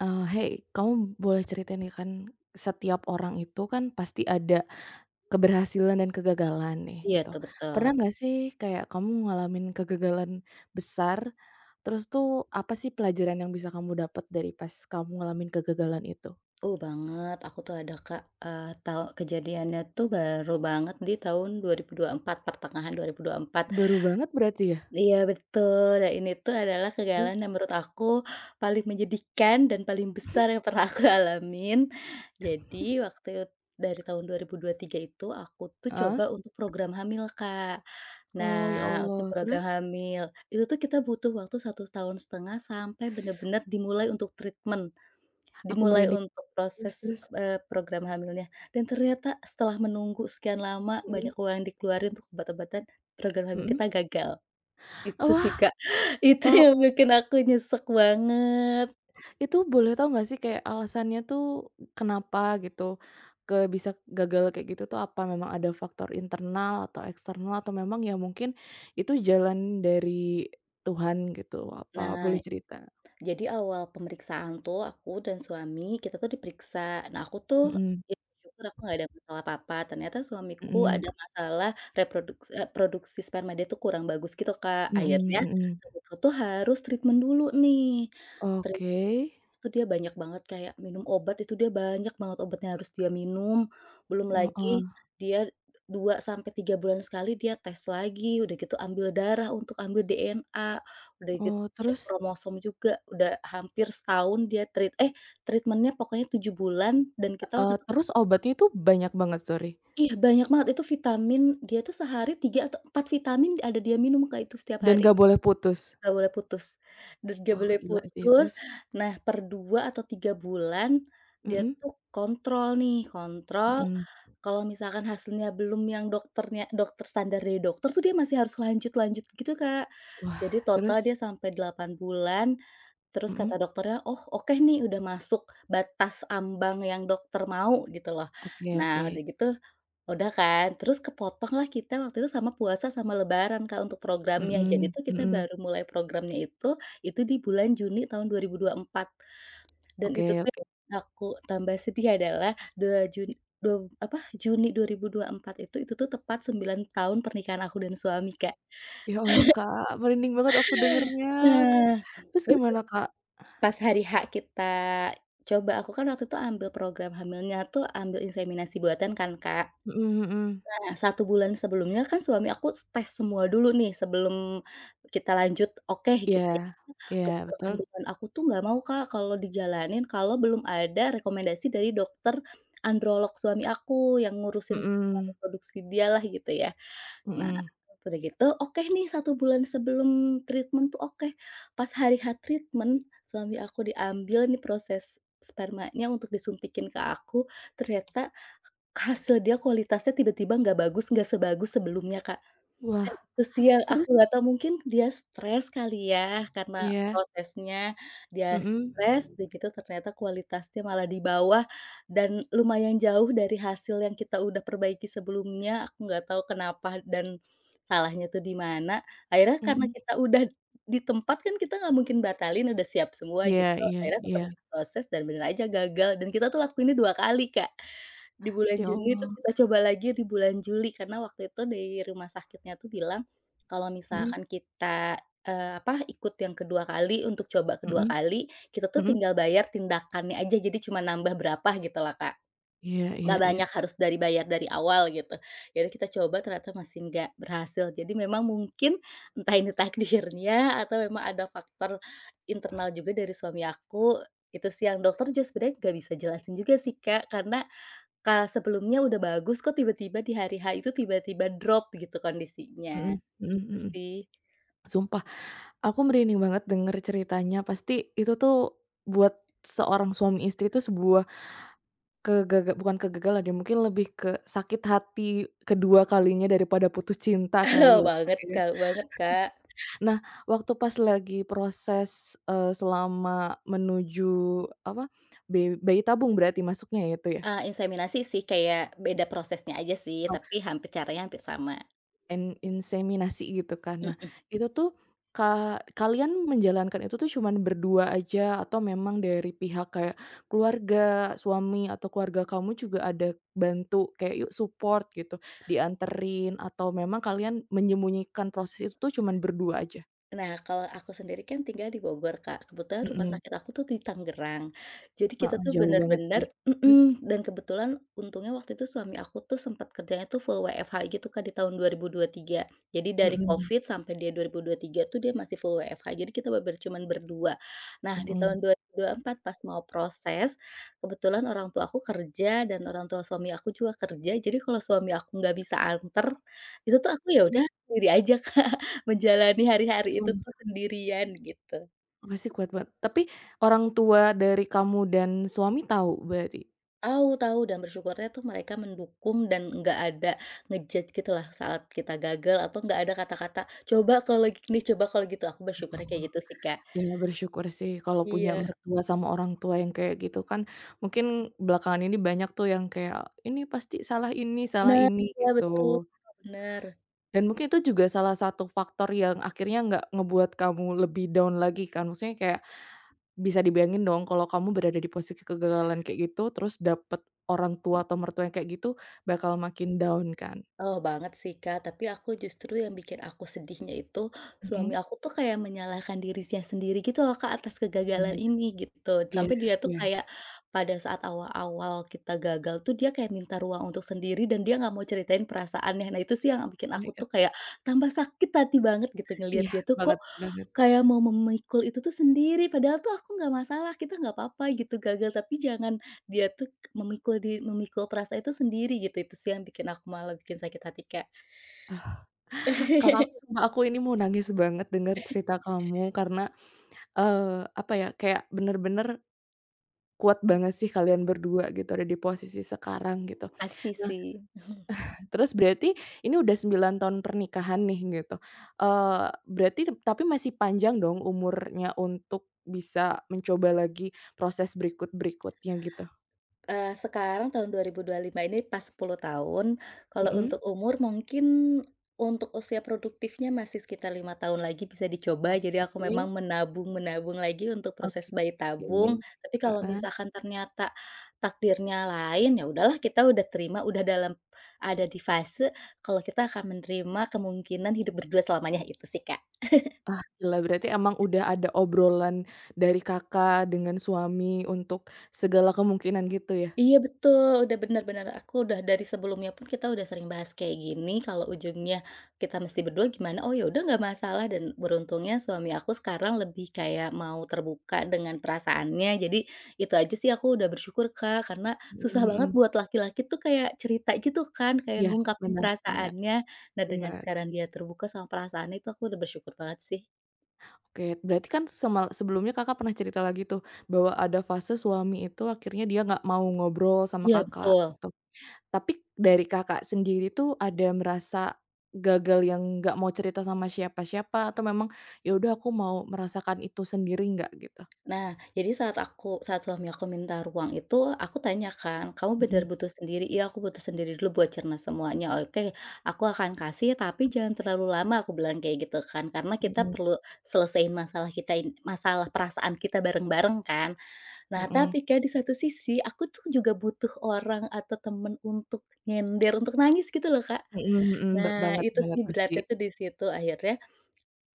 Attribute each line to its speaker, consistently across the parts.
Speaker 1: "Hei, kamu boleh ceritain ya kan, setiap orang itu kan pasti ada keberhasilan dan kegagalan nih,"
Speaker 2: Iya
Speaker 1: gitu.
Speaker 2: tuh betul,
Speaker 1: Pernah nggak sih kayak kamu ngalamin kegagalan besar, terus tuh apa sih pelajaran yang bisa kamu dapat dari pas kamu ngalamin kegagalan itu?
Speaker 2: banget aku tuh ada Kak, tahu kejadiannya tuh baru banget di tahun 2024, pertengahan 2024.
Speaker 1: Baru banget berarti ya?
Speaker 2: Iya betul, dan ini tuh adalah
Speaker 1: Terus
Speaker 2: kegagalan yang menurut aku paling menyedihkan dan paling besar yang pernah aku alamin. Jadi waktu it dari tahun 2023 itu aku tuh
Speaker 1: ah.
Speaker 2: coba untuk program hamil Kak. Nah,
Speaker 1: Oh, ya
Speaker 2: untuk
Speaker 1: Allah,
Speaker 2: program
Speaker 1: terus?
Speaker 2: hamil, itu tuh kita butuh waktu 1,5 tahun sampai bener-bener dimulai untuk treatment.
Speaker 1: Aku
Speaker 2: Dimulai
Speaker 1: merinding,
Speaker 2: untuk
Speaker 1: terus,
Speaker 2: proses,
Speaker 1: terus?
Speaker 2: program hamilnya dan ternyata setelah menunggu sekian lama banyak
Speaker 1: Mhm,
Speaker 2: uang yang dikeluarin untuk obat-obatan, program hamil
Speaker 1: mhm.
Speaker 2: kita gagal. Itu sih,
Speaker 1: Wah,
Speaker 2: Kak, itu
Speaker 1: wah,
Speaker 2: yang bikin aku nyesek banget.
Speaker 1: itu boleh tau nggak sih kayak alasannya tuh kenapa gitu, bisa gagal kayak gitu tuh apa memang ada faktor internal atau eksternal atau memang ya mungkin itu jalan dari Tuhan gitu, apa
Speaker 2: Nah,
Speaker 1: boleh cerita?
Speaker 2: jadi awal pemeriksaan tuh aku dan suami kita tuh diperiksa. Nah, aku tuh
Speaker 1: Mhm,
Speaker 2: ya bersyukur aku nggak ada masalah apa-apa, ternyata suamiku
Speaker 1: mhm,
Speaker 2: ada masalah produksi sperma dia tuh kurang bagus gitu, Kak.
Speaker 1: mhm,
Speaker 2: Akhirnya
Speaker 1: mhm.
Speaker 2: suamiku tuh harus treatment dulu nih. Treat
Speaker 1: Oke,
Speaker 2: Itu tuh dia banyak banget kayak minum obat, itu dia banyak banget obat yang harus dia minum, belum lagi
Speaker 1: heeh.
Speaker 2: dia 2 sampai 3 bulan sekali dia tes lagi, udah gitu ambil darah untuk ambil DNA, udah gitu
Speaker 1: Oh,
Speaker 2: cek
Speaker 1: terus,
Speaker 2: kromosom juga, udah hampir setahun dia treatmentnya pokoknya 7 bulan dan kita waktu itu
Speaker 1: terus obatnya itu banyak banget, sorry?
Speaker 2: iya banyak banget, itu vitamin dia tuh sehari 3 atau 4 vitamin ada dia minum kayak itu setiap
Speaker 1: Dan
Speaker 2: hari.
Speaker 1: nggak boleh putus?
Speaker 2: Nggak boleh putus, dan nggak
Speaker 1: Oh,
Speaker 2: boleh
Speaker 1: gila sih,
Speaker 2: putus.
Speaker 1: terus?
Speaker 2: Nah, per 2 atau 3 bulan dia
Speaker 1: Mhm,
Speaker 2: tuh kontrol nih, kontrol
Speaker 1: mhm.
Speaker 2: kalau misalkan hasilnya belum yang dokternya dokter standar dari dokter tuh dia masih harus lanjut lanjut gitu, Kak. Jadi
Speaker 1: Wah,
Speaker 2: total
Speaker 1: terus?
Speaker 2: dia sampai 8 bulan, terus kata
Speaker 1: Mhm,
Speaker 2: dokternya, "Oh, oke nih udah masuk batas ambang yang dokter mau," gitu loh.
Speaker 1: oke, oke.
Speaker 2: Nah, udah gitu udah kan, terus kepotong lah kita waktu itu sama puasa sama lebaran, Kak, untuk programnya. Jadi
Speaker 1: Mhm,
Speaker 2: tuh kita
Speaker 1: mhm.
Speaker 2: baru mulai programnya itu di bulan Juni tahun 2024 dan itu
Speaker 1: Oke,
Speaker 2: tuh
Speaker 1: oke.
Speaker 2: yang aku tambah sedih adalah dua Juni dua apa, Juni 2024, itu tuh tepat 9 tahun pernikahan aku dan suami, Kak.
Speaker 1: Ya Allah, Kak, merinding banget aku dengernya. Terus,
Speaker 2: Nah,
Speaker 1: terus
Speaker 2: terus
Speaker 1: gimana, Kak?
Speaker 2: pas hari H kita coba, aku kan waktu itu ambil program hamilnya tuh ambil inseminasi buatan kan, Kak.
Speaker 1: Mhm, mhm.
Speaker 2: Nah, satu bulan sebelumnya kan suami aku tes semua dulu nih sebelum kita lanjut, oke gitu ya.
Speaker 1: Iya, iya,
Speaker 2: Dokter
Speaker 1: betul.
Speaker 2: kandungan aku tuh nggak mau Kak kalau dijalanin kalau belum ada rekomendasi dari dokter androlog suami aku yang ngurusin semua
Speaker 1: Mhm,
Speaker 2: reproduksi dialah gitu ya. Nah,
Speaker 1: mhm.
Speaker 2: udah gitu oke nih satu bulan sebelum treatment tuh oke. Pas hari H treatment suami aku diambil nih proses spermanya untuk disuntikin ke aku, ternyata hasil dia kualitasnya tiba-tiba nggak bagus, nggak sebagus sebelumnya, Kak.
Speaker 1: Wah,
Speaker 2: Kayak gitu sih yang aku
Speaker 1: terus?
Speaker 2: nggak tahu, mungkin dia stres kali ya karena
Speaker 1: Iya,
Speaker 2: prosesnya, dia
Speaker 1: mhm.
Speaker 2: stres, udah gitu ternyata kualitasnya malah di bawah dan lumayan jauh dari hasil yang kita udah perbaiki sebelumnya, aku nggak tahu kenapa dan salahnya tuh di mana. Akhirnya karena
Speaker 1: Mhm.
Speaker 2: kita udah di tempat kan kita nggak mungkin batalin, udah siap semua gitu,
Speaker 1: Iya, iya,
Speaker 2: akhirnya
Speaker 1: iya.
Speaker 2: tetap diproses dan bener aja gagal dan kita tuh lakuinnya 2 kali, Kak. Di bulan
Speaker 1: Ya
Speaker 2: Juni, terus
Speaker 1: Allah.
Speaker 2: kita coba lagi di bulan Juli, karena waktu itu dari rumah sakitnya tuh bilang, kalau
Speaker 1: Mhm,
Speaker 2: misalkan kita, apa, ikut yang kedua kali, untuk coba kedua
Speaker 1: mhm,
Speaker 2: kali, kita tuh
Speaker 1: mhm.
Speaker 2: tinggal bayar tindakannya aja, jadi cuma nambah berapa gitu loh, Kak.
Speaker 1: Iya, iya,
Speaker 2: Nggak
Speaker 1: iya.
Speaker 2: banyak, harus dari bayar dari awal gitu. Jadi kita coba, ternyata masih nggak berhasil. Jadi memang mungkin, entah ini takdirnya, atau memang ada faktor internal juga dari suami aku, itu sih yang dokter juga sebenarnya nggak bisa jelasin juga sih, Kak, karena ka sebelumnya udah bagus kok tiba-tiba di hari H itu tiba-tiba drop gitu kondisinya,
Speaker 1: Mhm, mhm,
Speaker 2: gitu
Speaker 1: mhm.
Speaker 2: sih.
Speaker 1: Sumpah, aku merinding banget denger ceritanya, pasti itu tuh buat seorang suami istri itu sebuah bukan kegagalan ya, mungkin lebih ke sakit hati kedua kalinya daripada putus cinta kali ya, Kak,
Speaker 2: Banget
Speaker 1: ya.
Speaker 2: Kak, banget Kak.
Speaker 1: Nah, waktu pas lagi proses, selama menuju, apa, bayi tabung berarti masuknya ya itu
Speaker 2: Inseminasi sih kayak beda prosesnya aja sih,
Speaker 1: ya?
Speaker 2: tapi hampir caranya hampir sama,
Speaker 1: Inseminasi gitu kan. Nah,
Speaker 2: mhm.
Speaker 1: itu tuh ka kalian menjalankan itu tuh cuman berdua aja atau memang dari pihak kayak keluarga suami atau keluarga kamu juga ada bantu kayak, "Yuk, support," gitu, dianterin atau memang kalian menyembunyikan proses itu tuh cuman berdua aja?
Speaker 2: Nah, kalau aku sendiri kan tinggal di Bogor, Kak. Kebetulan rumah
Speaker 1: Mhm,
Speaker 2: sakit aku tuh di Tangerang. Jadi kita
Speaker 1: heeh,
Speaker 2: tuh
Speaker 1: jauh banget sih.
Speaker 2: bener-bener
Speaker 1: Terus?
Speaker 2: mhm, dan kebetulan untungnya waktu itu suami aku tuh sempat kerjanya tuh full WFH gitu, Kak, di tahun 2023. Jadi dari
Speaker 1: Mhm,
Speaker 2: Covid sampai dia 2023 tuh dia masih full WFH. Jadi kita bener cuman berdua. Nah, di
Speaker 1: mhm,
Speaker 2: tahun 2024 pas mau proses, kebetulan orang tua aku kerja dan orang tua suami aku juga kerja. Jadi kalau suami aku nggak bisa anter, itu tuh aku ya udah
Speaker 1: mhm,
Speaker 2: sendiri aja, Kak. Menjalani hari-hari itu
Speaker 1: emang
Speaker 2: tuh sendirian gitu.
Speaker 1: pasti kuat banget. Tapi orang tua dari kamu dan suami tahu berarti?
Speaker 2: Tahu, tahu dan bersyukurnya tuh mereka mendukung dan nggak ada ngejudge gitu lah saat kita gagal atau nggak ada kata-kata, "Coba kalau gini, coba kalau gitu." Aku bersyukurnya kayak
Speaker 1: Oh.
Speaker 2: gitu sih, Kak.
Speaker 1: Ya, bersyukur sih kalau punya
Speaker 2: Iya.
Speaker 1: mertua sama orang tua yang kayak gitu kan, mungkin belakangan ini banyak tuh yang kayak, "Ini pasti salah, ini salah
Speaker 2: Nah,
Speaker 1: ini,"
Speaker 2: iya
Speaker 1: gitu.
Speaker 2: betul, bener.
Speaker 1: Dan mungkin itu juga salah satu faktor yang akhirnya nggak ngebuat kamu lebih down lagi kan, maksudnya kayak bisa dibayangin dong kalau kamu berada di posisi kegagalan kayak gitu, terus dapet orang tua atau mertua yang kayak gitu, bakal makin down kan.
Speaker 2: Oh, banget sih, Kak, tapi aku justru yang bikin aku sedihnya itu, suami
Speaker 1: Mhm.
Speaker 2: aku tuh kayak menyalahkan dirinya sendiri gitu loh, Kak, atas
Speaker 1: Oh my
Speaker 2: kegagalan
Speaker 1: god.
Speaker 2: ini gitu.
Speaker 1: Iya,
Speaker 2: Sampai dia tuh
Speaker 1: iya.
Speaker 2: kayak pada saat awal-awal kita gagal tuh dia kayak minta ruang untuk sendiri dan dia nggak mau ceritain perasaannya. Nah, itu sih yang bikin
Speaker 1: Oh
Speaker 2: aku
Speaker 1: my
Speaker 2: tuh
Speaker 1: god.
Speaker 2: kayak tambah sakit hati banget gitu
Speaker 1: Iya,
Speaker 2: ngelihat dia tuh kok
Speaker 1: banget, banget.
Speaker 2: kayak mau memikul itu tuh sendiri, padahal tuh aku nggak masalah, kita nggak apa-apa gitu gagal, tapi jangan dia tuh memikul perasaan itu sendiri gitu, itu sih yang bikin aku malah bikin sakit hati, Kak.
Speaker 1: Kakak aku sama aku ini mau nangis banget dengar cerita kamu karena, eee, apa ya, kayak bener-bener kuat banget sih kalian berdua gitu ada di posisi sekarang gitu.
Speaker 2: Makasih
Speaker 1: Nah,
Speaker 2: sih.
Speaker 1: terus berarti ini udah 9 tahun pernikahan nih gitu, eee, berarti tapi masih panjang dong umurnya untuk bisa mencoba lagi proses berikut-berikutnya gitu?
Speaker 2: Sekarang tahun dua dua ribu dua lima ini pas 10 tahun, kalau
Speaker 1: Mhm,
Speaker 2: untuk umur mungkin untuk usia produktifnya masih sekitar 5 tahun lagi bisa dicoba,
Speaker 1: oke,
Speaker 2: jadi aku memang menabung-menabung lagi untuk
Speaker 1: oke,
Speaker 2: proses bayi
Speaker 1: oke,
Speaker 2: tabung, tapi kalau
Speaker 1: heeh.
Speaker 2: misalkan ternyata takdirnya lain, ya udahlah kita udah terima, udah dalam ada di fase kalau kita akan menerima kemungkinan hidup berdua selamanya, itu sih, Kak.
Speaker 1: Ah, gila, berarti emang udah ada obrolan dari Kakak dengan suami untuk segala kemungkinan gitu ya?
Speaker 2: Iya betul, udah bener bener, aku udah dari sebelumnya pun kita udah sering bahas kayak gini, kalau ujungnya kita mesti berdua gimana, oh ya udah nggak masalah dan beruntungnya suami aku sekarang lebih kayak mau terbuka dengan perasaannya, jadi itu aja sih aku udah bersyukur, Kak, karena susah
Speaker 1: Mhm,
Speaker 2: banget
Speaker 1: mhm.
Speaker 2: buat laki-laki tuh kayak cerita gitu kan, kayak
Speaker 1: Iya,
Speaker 2: ngungkapin
Speaker 1: benar, benar,
Speaker 2: perasaannya. Nah dengan
Speaker 1: benar.
Speaker 2: sekarang dia terbuka sama perasaannya itu aku udah bersyukur banget sih.
Speaker 1: Oke, berarti kan sebelumnya Kakak pernah cerita lagi tuh bahwa ada fase suami itu akhirnya dia nggak mau ngobrol sama
Speaker 2: Iya
Speaker 1: Kakak
Speaker 2: betul.
Speaker 1: gitu. Tapi dari Kakak sendiri tuh ada merasa gagal yang nggak mau cerita sama siapa-siapa atau memang, "Ya udah, aku mau merasakan itu sendiri," nggak gitu?
Speaker 2: Nah, jadi saat suami aku minta ruang itu, aku tanyakan, "Kamu benar-benar
Speaker 1: Mhm,
Speaker 2: butuh sendiri?" "Iya, aku butuh sendiri dulu buat cerna semuanya." "Oke, aku akan kasih tapi jangan terlalu lama," aku bilang kayak gitu kan. Karena kita
Speaker 1: mhm,
Speaker 2: perlu selesaiin masalah perasaan kita bareng-bareng kan. Nah,
Speaker 1: mhm.
Speaker 2: tapi Kak, di satu sisi aku tuh juga butuh orang atau temen untuk nyender, untuk nangis gitu loh, Kak.
Speaker 1: Mhm, mhm,
Speaker 2: Nah,
Speaker 1: banget,
Speaker 2: itu sih
Speaker 1: banget pasti.
Speaker 2: beratnya tuh di situ. Akhirnya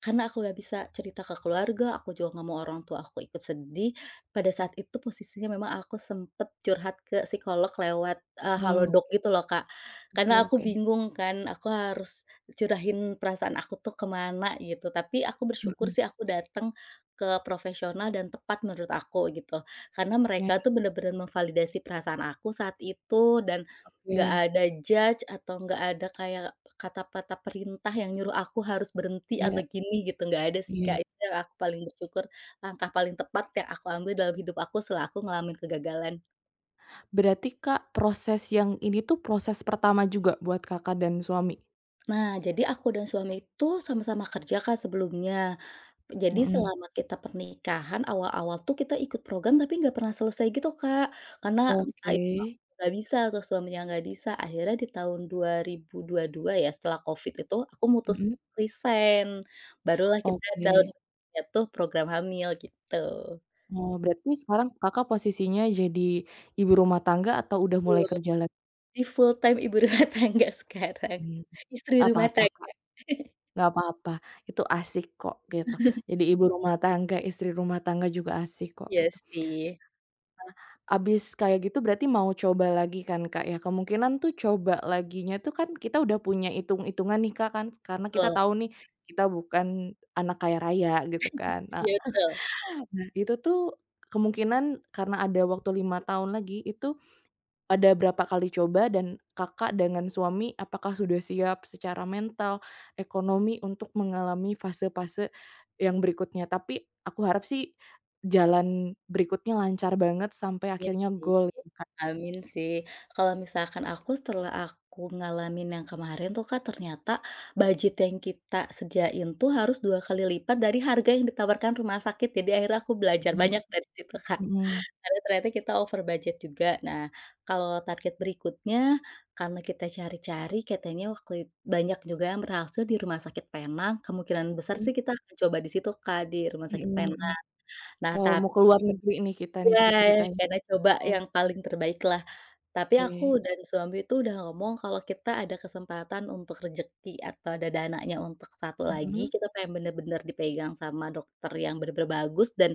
Speaker 2: karena aku nggak bisa cerita ke keluarga, aku juga nggak mau orang tua aku ikut sedih. Pada saat itu posisinya memang aku sempet curhat ke psikolog lewat,
Speaker 1: Wow,
Speaker 2: halodoc gitu loh, Kak.
Speaker 1: oke,
Speaker 2: Karena aku
Speaker 1: oke, oke.
Speaker 2: bingung kan, aku harus curahin perasaan aku tuh kemana gitu. Tapi aku bersyukur
Speaker 1: Mhm,
Speaker 2: sih aku datang ke profesional dan tepat menurut aku gitu. Karena mereka
Speaker 1: baik,
Speaker 2: tuh bener-bener memvalidasi perasaan aku saat itu dan nggak
Speaker 1: oke.
Speaker 2: ada judge atau nggak ada kayak kata-kata perintah yang nyuruh aku harus berhenti atau
Speaker 1: Iya,
Speaker 2: gini gitu, nggak ada sih, Kak.
Speaker 1: iya.
Speaker 2: Itu yang aku paling bersyukur, langkah paling tepat yang aku ambil dalam hidup aku setelah aku ngalamin kegagalan.
Speaker 1: Berarti Kak, proses yang ini tuh proses pertama juga buat Kakak dan suami?
Speaker 2: Nah, jadi aku dan suami itu sama-sama kerja, Kak, sebelumnya. Jadi
Speaker 1: Mhm,
Speaker 2: selama kita pernikahan awal-awal tuh kita ikut program tapi nggak pernah selesai gitu, Kak. Karena entah
Speaker 1: oke,
Speaker 2: itu aku nggak bisa atau suaminya nggak bisa. Akhirnya di tahun 2022 ya setelah Covid itu aku mutus
Speaker 1: mhm,
Speaker 2: resign. Barulah kita tahun
Speaker 1: oke.
Speaker 2: tuh program hamil gitu.
Speaker 1: Oh, berarti sekarang Kakak posisinya jadi ibu rumah tangga atau udah mulai
Speaker 2: Betul,
Speaker 1: kerja lagi?
Speaker 2: jadi full time ibu rumah tangga sekarang. Istri
Speaker 1: Nggak
Speaker 2: rumah
Speaker 1: apa-apa
Speaker 2: tangga.
Speaker 1: Kak, nggak apa-apa, itu asik kok gitu. Jadi ibu rumah tangga, istri rumah tangga juga asik kok
Speaker 2: Iya
Speaker 1: gitu.
Speaker 2: sih.
Speaker 1: Abis kayak gitu berarti mau coba lagi kan, Kak, ya? Kemungkinan tuh coba laginya tuh kan kita udah punya hitung hitungan nih, Kak, kan karena kita
Speaker 2: Betul,
Speaker 1: tahu nih kita bukan anak kaya raya gitu kan. Nah,
Speaker 2: iya betul,
Speaker 1: nah, itu tuh kemungkinan karena ada waktu 5 tahun lagi itu ada berapa kali coba dan Kakak dengan suami apakah sudah siap secara mental, ekonomi untuk mengalami fase-fase yang berikutnya? Tapi aku harap sih jalan berikutnya lancar banget sampai
Speaker 2: iya
Speaker 1: akhirnya
Speaker 2: sih.
Speaker 1: goal gitu.
Speaker 2: Amin sih. Kalau misalkan aku setelah aku ngalamin yang kemarin tuh Kak, ternyata budget yang kita sediain tuh harus 2 kali lipat dari harga yang ditawarkan rumah sakit. Jadi akhirnya aku belajar
Speaker 1: Mmm,
Speaker 2: banyak dari situ Kak,
Speaker 1: mhm,
Speaker 2: karena ternyata kita over budget juga. Nah, kalau target berikutnya, karena kita cari-cari katanya waktu it banyak juga yang berhasil di rumah sakit Penang, kemungkinan besar
Speaker 1: mhm,
Speaker 2: sih kita akan coba di situ Kak, di rumah
Speaker 1: mhm,
Speaker 2: sakit
Speaker 1: mhm.
Speaker 2: Penang. Nah
Speaker 1: Wow,
Speaker 2: tapi
Speaker 1: mau ke luar negeri nih kita nih
Speaker 2: ya,
Speaker 1: jadi ceritanya.
Speaker 2: karena coba yang paling terbaik lah. Tapi
Speaker 1: Oke.
Speaker 2: aku dan suami itu udah ngomong kalau kita ada kesempatan untuk rezeki atau ada dananya untuk satu lagi,
Speaker 1: Mhm,
Speaker 2: kita pengen bener-bener dipegang sama dokter yang bener-bener bagus dan,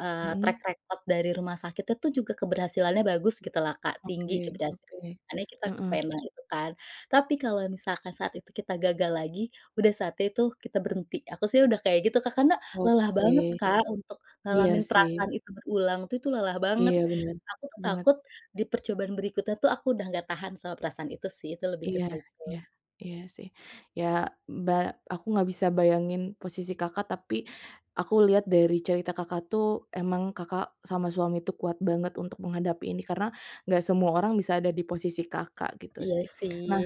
Speaker 1: mhm.
Speaker 2: track record dari rumah sakitnya tuh juga keberhasilannya bagus gitu lah Kak, tinggi
Speaker 1: Oke,
Speaker 2: keberhasilannya
Speaker 1: oke.
Speaker 2: makanya kita
Speaker 1: Heeh,
Speaker 2: kepengen itu kan. Tapi kalau misalkan saat itu kita gagal lagi, udah saatnya itu kita berhenti. Aku sih udah kayak gitu Kak, karena lelah
Speaker 1: oke.
Speaker 2: banget Kak, untuk
Speaker 1: Iya
Speaker 2: ngalamin
Speaker 1: sih.
Speaker 2: perasaan itu berulang tuh itu lelah banget.
Speaker 1: Iya, bener
Speaker 2: Aku tuh
Speaker 1: banget.
Speaker 2: takut di percobaan berikutnya tuh aku udah nggak tahan sama perasaan itu sih, itu lebih ke
Speaker 1: Iya,
Speaker 2: sit
Speaker 1: iya, iya sih. Ya, ba aku nggak bisa bayangin posisi Kakak, tapi aku lihat dari cerita Kakak tuh emang Kakak sama suami tuh kuat banget untuk menghadapi ini, karena nggak semua orang bisa ada di posisi Kakak, gitu
Speaker 2: iya
Speaker 1: sih.
Speaker 2: sih.
Speaker 1: Nah,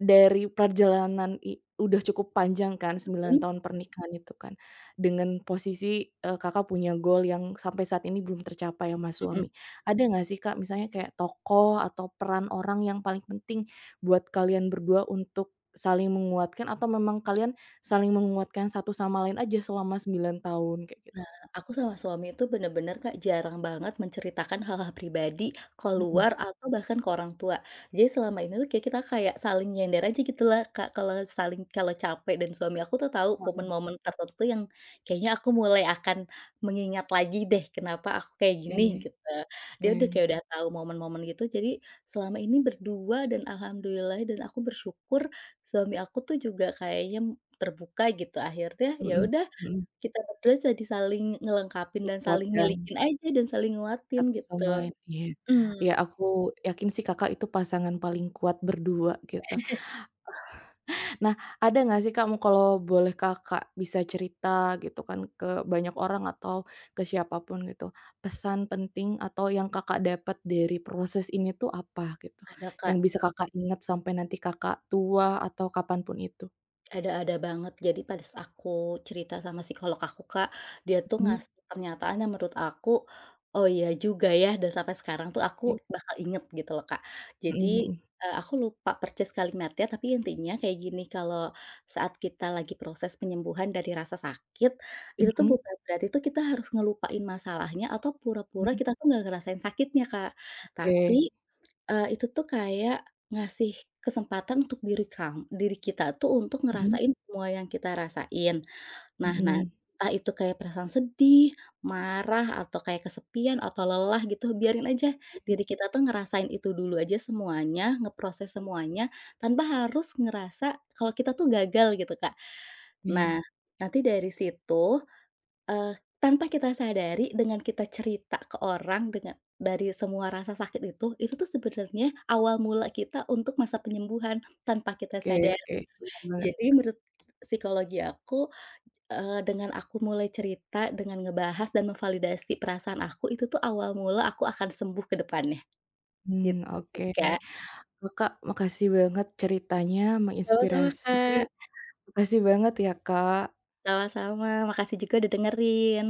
Speaker 1: dari perjalanan udah cukup panjang kan sembilan
Speaker 2: Mmm,
Speaker 1: tahun pernikahan itu kan, dengan posisi, Kakak punya goal yang sampai saat ini belum tercapai sama
Speaker 2: mhm.
Speaker 1: suami. Ada nggak sih Kak misalnya kayak tokoh atau peran orang yang paling penting buat kalian berdua untuk saling menguatkan atau memang kalian saling menguatkan satu sama lain aja selama 9 tahun kayak gitu?
Speaker 2: Aku sama suami itu bener-bener, Kak, jarang banget menceritakan hal-hal pribadi
Speaker 1: Mhm.
Speaker 2: keluar atau bahkan ke orang tua. Jadi selama ini tuh kayak kita kayak saling nyender aja gitu lah, Kak, kalau saling kalau capek dan suami aku tuh tahu
Speaker 1: Oke,
Speaker 2: momen-momen tertentu yang kayaknya aku mulai akan mengingat lagi deh kenapa aku kayak gini gitu. Dia udah kayak
Speaker 1: oke.
Speaker 2: udah tahu momen-momen gitu, jadi selama ini berdua dan alhamdulillah dan aku bersyukur suami aku tuh juga kayaknya terbuka gitu akhirnya
Speaker 1: Mhm,
Speaker 2: ya
Speaker 1: mhm.
Speaker 2: udah
Speaker 1: Mhm.
Speaker 2: kita berdua jadi saling ngelengkapin dan saling
Speaker 1: Menguatkan.
Speaker 2: milikin aja dan saling nguatin
Speaker 1: Satu sama
Speaker 2: gitu.
Speaker 1: lain, iya. Iya,
Speaker 2: Mhm,
Speaker 1: aku yakin sih Kakak itu pasangan paling kuat berdua, gitu. Nah, ada nggak sih Kak, kalau boleh Kakak bisa cerita gitu kan ke banyak orang atau ke siapapun gitu, pesan penting atau yang Kakak dapat dari proses ini tuh apa gitu?
Speaker 2: ada
Speaker 1: Yang
Speaker 2: Kak.
Speaker 1: bisa Kakak ingat sampai nanti Kakak tua atau kapanpun itu?
Speaker 2: Ada-ada banget. Jadi pas aku cerita sama psikolog aku, Kak, dia tuh
Speaker 1: Mhm,
Speaker 2: ngasih pernyataan yang menurut aku, "Oh iya juga ya," dan sampai sekarang tuh aku
Speaker 1: oke.
Speaker 2: bakal inget gitu loh, Kak.
Speaker 1: Mhm,
Speaker 2: Jadi,
Speaker 1: mhm.
Speaker 2: aku lupa persis kalimatnya, tapi intinya kayak gini, kalau saat kita lagi proses penyembuhan dari rasa sakit, itu tuh
Speaker 1: Mhm,
Speaker 2: bukan berarti tuh kita harus ngelupain masalahnya atau pura-pura
Speaker 1: mhm.
Speaker 2: kita tuh nggak ngerasain sakitnya, Kak. Tapi
Speaker 1: Oke.
Speaker 2: Itu tuh kayak ngasih kesempatan untuk diri kamu, diri kita tuh untuk
Speaker 1: Mhm,
Speaker 2: ngerasain semua yang kita rasain. Nah nah,
Speaker 1: mhm.
Speaker 2: entah itu kayak perasaan sedih, marah, atau kayak kesepian, atau lelah gitu, biarin aja
Speaker 1: Oke.
Speaker 2: diri kita tuh ngerasain itu dulu aja semuanya, ngeproses semuanya, tanpa harus ngerasa kalau kita tuh gagal gitu, Kak. Nah,
Speaker 1: Iya,
Speaker 2: nanti dari situ Eee, tanpa kita sadari dengan kita cerita ke orang dengan dari semua rasa sakit itu tuh sebenarnya awal mula kita untuk masa penyembuhan tanpa kita
Speaker 1: oke, oke,
Speaker 2: sadari.
Speaker 1: bener banget.
Speaker 2: Jadi menurut psikologi aku, dengan aku mulai cerita, dengan ngebahas dan memvalidasi perasaan aku, itu tuh awal mula aku akan sembuh ke depannya,
Speaker 1: Mmm,
Speaker 2: gitu
Speaker 1: oke.
Speaker 2: sih, Kak.
Speaker 1: Kakak, makasih banget ceritanya
Speaker 2: Sama-sama,
Speaker 1: menginspirasi.
Speaker 2: Kak.
Speaker 1: Makasih banget ya, Kak.
Speaker 2: Sama-sama, makasih juga udah dengerin.